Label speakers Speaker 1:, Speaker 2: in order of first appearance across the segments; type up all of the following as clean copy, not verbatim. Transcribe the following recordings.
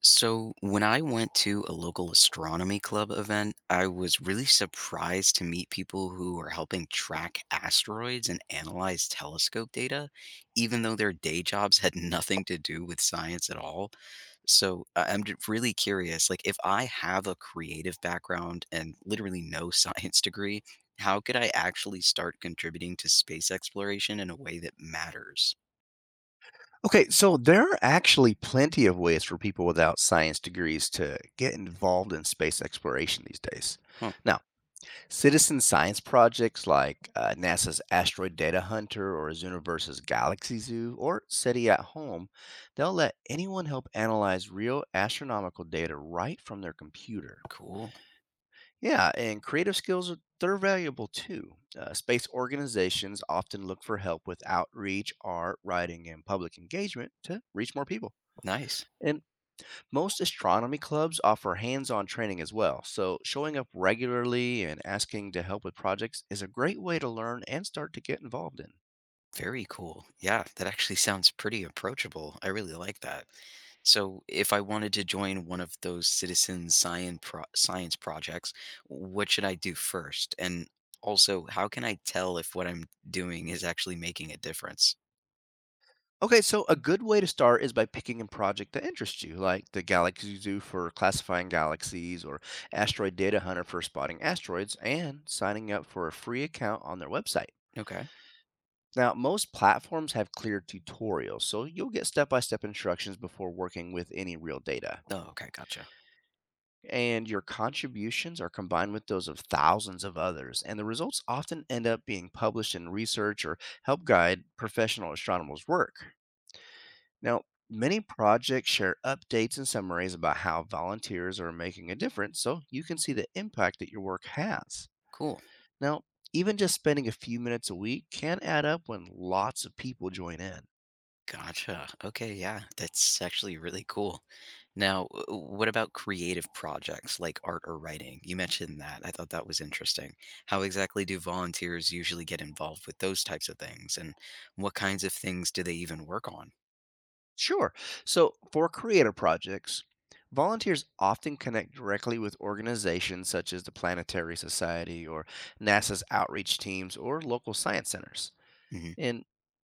Speaker 1: So, when I went to a local astronomy club event, I was really surprised to meet people who are helping track asteroids and analyze telescope data, even though their day jobs had nothing to do with science at all. So, really curious, like if I have a creative background and literally no science degree, how could I actually start contributing to space exploration in a way that matters?
Speaker 2: Okay, so there are actually plenty of ways for people without science degrees to get involved in space exploration these days.
Speaker 1: Huh,
Speaker 2: Now, citizen science projects like NASA's Asteroid Data Hunter or Zooniverse's Galaxy Zoo or SETI at Home, they'll let anyone help analyze real astronomical data right from their computer.
Speaker 1: cool.
Speaker 2: Yeah, and creative skills are they're valuable too. Space organizations often look for help with outreach, art, writing, and public engagement to reach more people.
Speaker 1: Nice.
Speaker 2: And most astronomy clubs offer hands on training as well, so showing up regularly and asking to help with projects is a great way to learn and start to get involved in.
Speaker 1: Very cool. Yeah, that actually sounds pretty approachable. I really like that. So, if I wanted to join one of those science projects, what should I do first? And also, how can I tell if what I'm doing is actually making a difference?
Speaker 2: Okay, so a good way to start is by picking a project that interests you, like the Galaxy Zoo for classifying galaxies or Asteroid Data Hunter for spotting asteroids, and signing up for a free account on their website.
Speaker 1: Okay.
Speaker 2: Now, most platforms have clear tutorials, so you'll get step by step instructions before working with any real data.
Speaker 1: Oh, okay, gotcha.
Speaker 2: And your contributions are combined with those of thousands of others. And the results often end up being published in research or help guide professional astronomers' work. Now, many projects share updates and summaries about how volunteers are making a difference so you can see the impact that your work has.
Speaker 1: Cool.
Speaker 2: Now, even just spending a few minutes a week can add up when lots of people join in.
Speaker 1: Gotcha. Okay, yeah, that's actually really cool. Now, what about creative projects like art or writing? You mentioned that. I thought that was interesting. How exactly do volunteers usually get involved with those types of things? And what kinds of things do they even work on?
Speaker 2: Sure. So, for creative projects, volunteers often connect directly with organizations such as the Planetary Society or NASA's outreach teams or local science centers.
Speaker 1: Hmm.
Speaker 2: And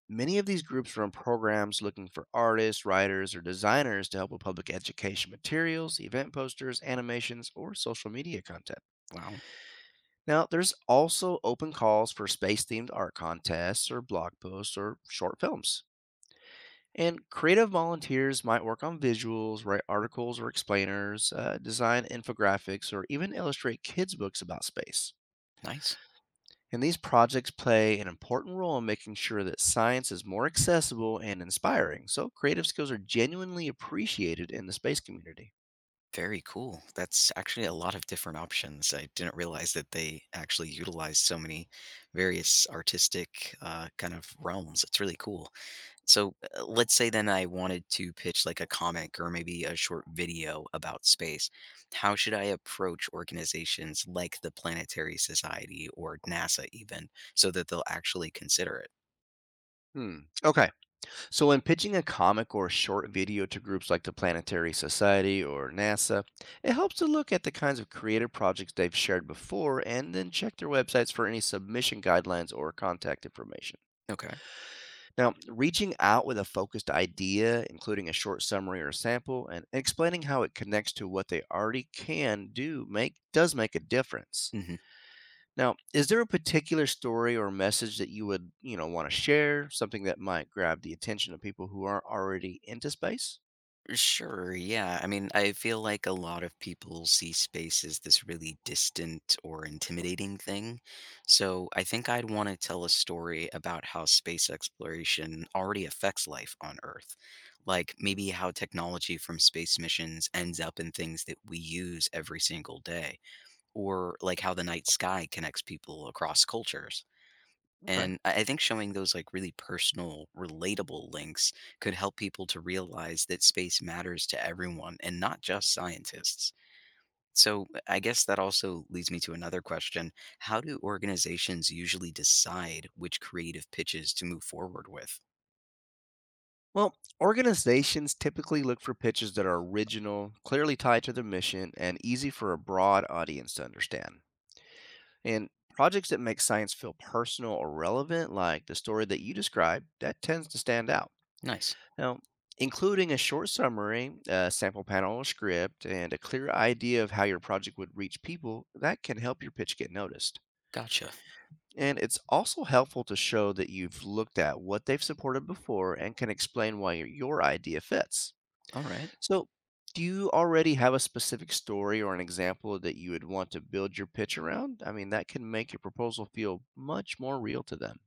Speaker 2: many of these groups run programs looking for artists, writers, or designers to help with public education materials, event posters, animations, or social media content.
Speaker 1: Wow,
Speaker 2: Now, there's also open calls for space themed art contests or blog posts or short films. And creative volunteers might work on visuals, write articles or explainers, design infographics, or even illustrate kids' books about space.
Speaker 1: nice.
Speaker 2: And these projects play an important role in making sure that science is more accessible and inspiring, so creative skills are genuinely appreciated in the space community.
Speaker 1: Very cool. That's actually a lot of different options. I didn't realize that they actually utilize so many various artistic kind of realms. It's really cool. So, let's say then I wanted to pitch like a comic or maybe a short video about space. How should I approach organizations like the Planetary Society or NASA even so that they'll actually consider it?
Speaker 2: Hmm. Okay. So, when pitching a comic or a short video to groups like the Planetary Society or NASA, it helps to look at the kinds of creative projects they've shared before and then check their websites for any submission guidelines or contact information.
Speaker 1: Okay.
Speaker 2: Now, reaching out with a focused idea, including a short summary or sample, and explaining how it connects to what they already can do make does make a difference.
Speaker 1: Mhm.
Speaker 2: Now, is there a particular story or message that you would, you know, want to share? Something that might grab the attention of people who aren't already into space?
Speaker 1: Sure, yeah. I mean, I feel like a lot of people see space as this really distant or intimidating thing. So I think I'd want to tell a story about how space exploration already affects life on Earth. Like maybe how technology from space missions ends up in things that we use every single day, or like how the night sky connects people across cultures.
Speaker 2: Okay.
Speaker 1: And I think showing those like really personal, relatable links could help people to realize that space matters to everyone and not just scientists. So I guess that also leads me to another question. How do organizations usually decide which creative pitches to move forward with?
Speaker 2: Well, organizations typically look for pitches that are original, clearly tied to their mission, and easy for a broad audience to understand. And projects that make science feel personal or relevant, like the story that you described, that tends to stand out.
Speaker 1: Nice.
Speaker 2: Now, including a short summary, a sample panel or script, and a clear idea of how your project would reach people, that can help your pitch get noticed.
Speaker 1: Gotcha.
Speaker 2: And it's also helpful to show that you've looked at what they've supported before and can explain why your idea fits.
Speaker 1: All right.
Speaker 2: So, do you already have a specific story or an example that you would want to build your pitch around? I mean, that can make your proposal feel much more real to them,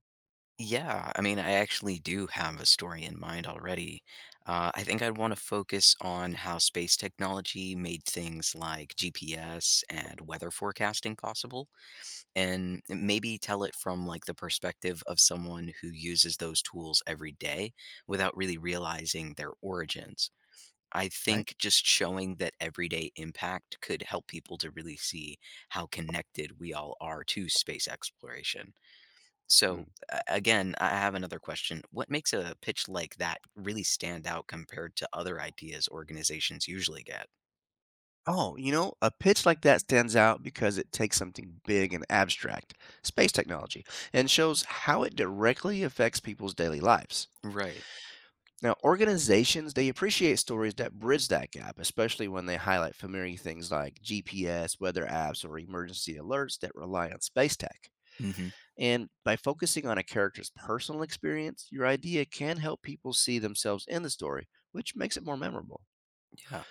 Speaker 1: Yeah, I mean, I actually do have a story in mind already. I think I'd want to focus on how space technology made things like GPS and weather forecasting possible, and maybe tell it from like the perspective of someone who uses those tools every day without really realizing their origins. I
Speaker 2: right?
Speaker 1: think just showing that everyday impact could help people to really see how connected we all are to space exploration.
Speaker 2: Hmm.
Speaker 1: So again, I have another question. What makes a pitch like that really stand out compared to other ideas organizations usually get?
Speaker 2: Oh, you know, a pitch like that stands out because it takes something big and abstract, space technology, and shows how it directly affects people's daily lives.
Speaker 1: Right.
Speaker 2: Now, organizations, they appreciate stories that bridge that gap, especially when they highlight familiar things like GPS, weather apps, or emergency alerts that rely on space tech.
Speaker 1: Hmm.
Speaker 2: And by focusing on a character's personal experience, your idea can help people see themselves in the story, which makes it more memorable.
Speaker 1: Yeah.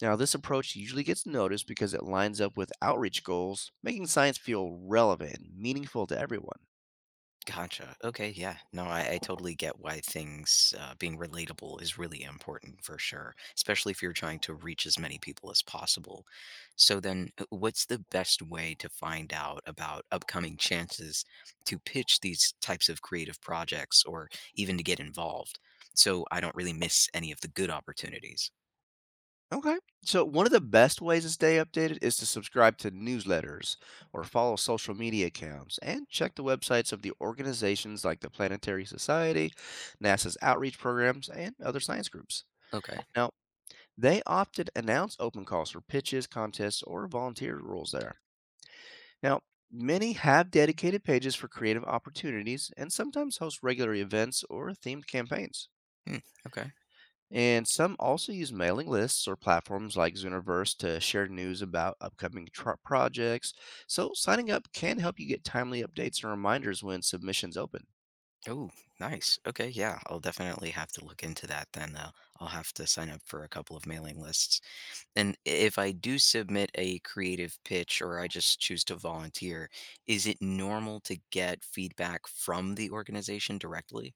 Speaker 2: Now, this approach usually gets noticed because it lines up with outreach goals, making science feel relevant and meaningful to everyone.
Speaker 1: Gotcha. Okay. Yeah. No, I totally get why things being relatable is really important for sure, especially if you're trying to reach as many people as possible. So, then what's the best way to find out about upcoming chances to pitch these types of creative projects or even to get involved so I don't really miss any of the good opportunities?
Speaker 2: Okay. So, one of the best ways to stay updated is to subscribe to newsletters or follow social media accounts and check the websites of the organizations like the Planetary Society, NASA's outreach programs, and other science groups.
Speaker 1: Okay.
Speaker 2: Now, they often announce open calls for pitches, contests, or volunteer roles there. Now, many have dedicated pages for creative opportunities and sometimes host regular events or themed campaigns.
Speaker 1: Hmm, okay.
Speaker 2: And some also use mailing lists or platforms like Zooniverse to share news about upcoming projects. So, signing up can help you get timely updates and reminders when submissions open.
Speaker 1: Oh, nice. Okay. Yeah. I'll definitely have to look into that then. I'll have to sign up for a couple of mailing lists. And if I do submit a creative pitch or I just choose to volunteer, is it normal to get feedback from the organization directly?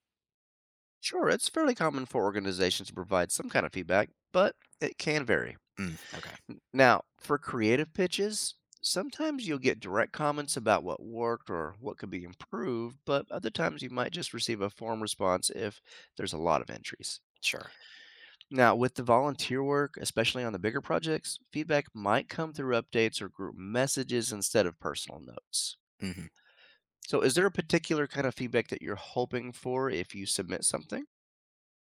Speaker 2: Sure, it's fairly common for organizations to provide some kind of feedback, but it can vary.
Speaker 1: Mm, okay,
Speaker 2: N Now, for creative pitches, sometimes you'll get direct comments about what worked or what could be improved, but other times you might just receive a form response if there's a lot of entries.
Speaker 1: sure.
Speaker 2: Now, with the volunteer work, especially on the bigger projects, feedback might come through updates or group messages instead of personal notes.
Speaker 1: Mhm.
Speaker 2: So, is there a particular kind of feedback that you're hoping for if you submit something?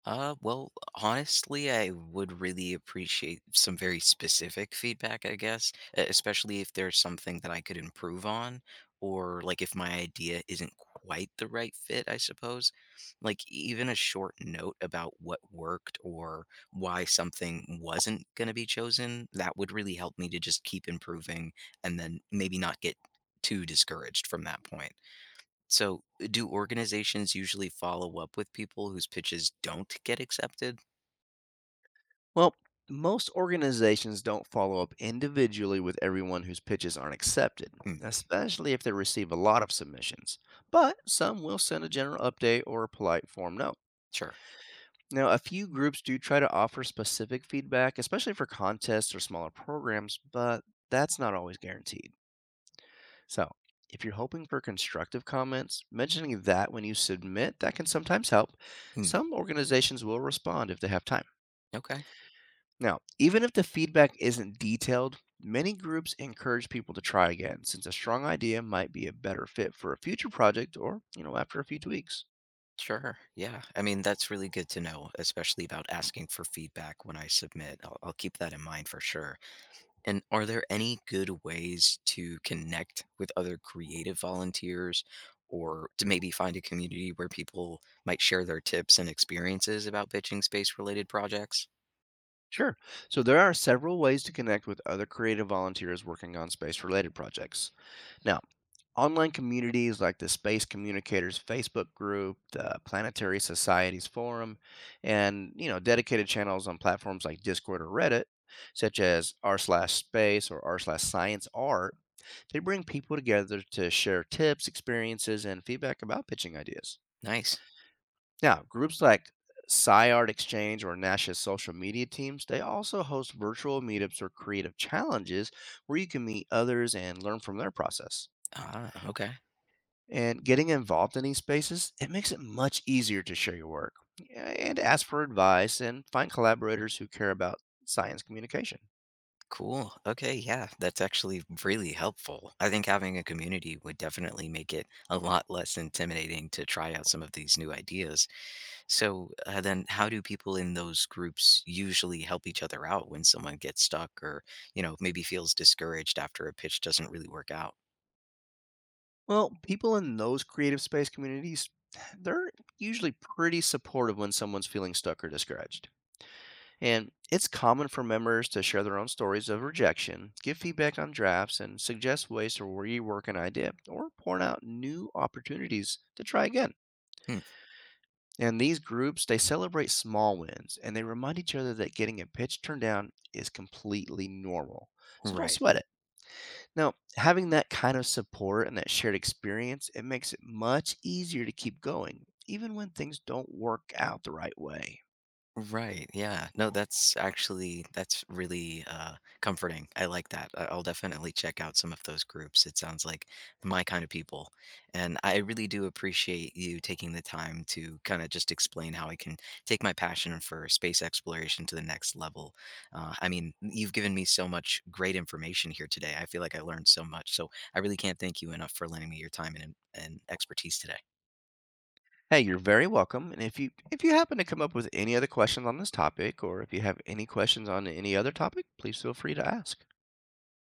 Speaker 1: Well, honestly, I would really appreciate some very specific feedback, I guess, especially if there's something that I could improve on, or like if my idea isn't quite the right fit, I suppose. Like, even a short note about what worked or why something wasn't going to be chosen, that would really help me to just keep improving and then maybe not get too discouraged from that point. So, do organizations usually follow up with people whose pitches don't get accepted?
Speaker 2: Well, most organizations don't follow up individually with everyone whose pitches aren't accepted,
Speaker 1: Mm,
Speaker 2: especially if they receive a lot of submissions. But some will send a general update or a polite form note.
Speaker 1: sure.
Speaker 2: Now, a few groups do try to offer specific feedback, especially for contests or smaller programs, but that's not always guaranteed. So, if you're hoping for constructive comments, mentioning that when you submit, that can sometimes help.
Speaker 1: Mm,
Speaker 2: Some organizations will respond if they have time.
Speaker 1: okay.
Speaker 2: Now, even if the feedback isn't detailed, many groups encourage people to try again since a strong idea might be a better fit for a future project or, you know, after a few tweaks.
Speaker 1: Sure. Yeah. I mean, that's really good to know, especially about asking for feedback when I submit. I'll keep that in mind for sure. And are there any good ways to connect with other creative volunteers or to maybe find a community where people might share their tips and experiences about pitching space related projects?
Speaker 2: Sure. So there are several ways to connect with other creative volunteers working on space related projects. Now, online communities like the Space Communicators Facebook group, the Planetary Societies forum, and you know dedicated channels on platforms like Discord or Reddit, such as r slash space or r slash science, they bring people together to share tips, experiences, and feedback about pitching ideas.
Speaker 1: Nice.
Speaker 2: Now, groups like SciArt Exchange or Nash's social media teams, they also host virtual meetups or creative challenges where you can meet others and learn from their process.
Speaker 1: Ah, okay.
Speaker 2: And getting involved in these spaces, it makes it much easier to share your work, yeah, and ask for advice and find collaborators who care about science communication.
Speaker 1: Cool. Okay. Yeah. That's actually really helpful. I think having a community would definitely make it a lot less intimidating to try out some of these new ideas. So, then how do people in those groups usually help each other out when someone gets stuck or, you know, maybe feels discouraged after a pitch doesn't really work out?
Speaker 2: Well, people in those creative space communities, they're usually pretty supportive when someone's feeling stuck or discouraged. And it's common for members to share their own stories of rejection, give feedback on drafts, and suggest ways to rework an idea or point out new opportunities to try again.
Speaker 1: Hmm.
Speaker 2: And these groups, they celebrate small wins and they remind each other that getting a pitch turned down is completely normal. So don't
Speaker 1: Right.
Speaker 2: sweat it. Now, having that kind of support and that shared experience, it makes it much easier to keep going, even when things don't work out the right way.
Speaker 1: Right. Yeah. No, that's really comforting. I like that. I'll definitely check out some of those groups. It sounds like my kind of people. And I really do appreciate you taking the time to kind of just explain how I can take my passion for space exploration to the next level. I mean, you've given me so much great information here today. I feel like I learned so much. So I really can't thank you enough for lending me your time and expertise today.
Speaker 2: Hey, you're very welcome. And if you happen to come up with any other questions on this topic, or if you have any questions on any other topic, please feel free to ask.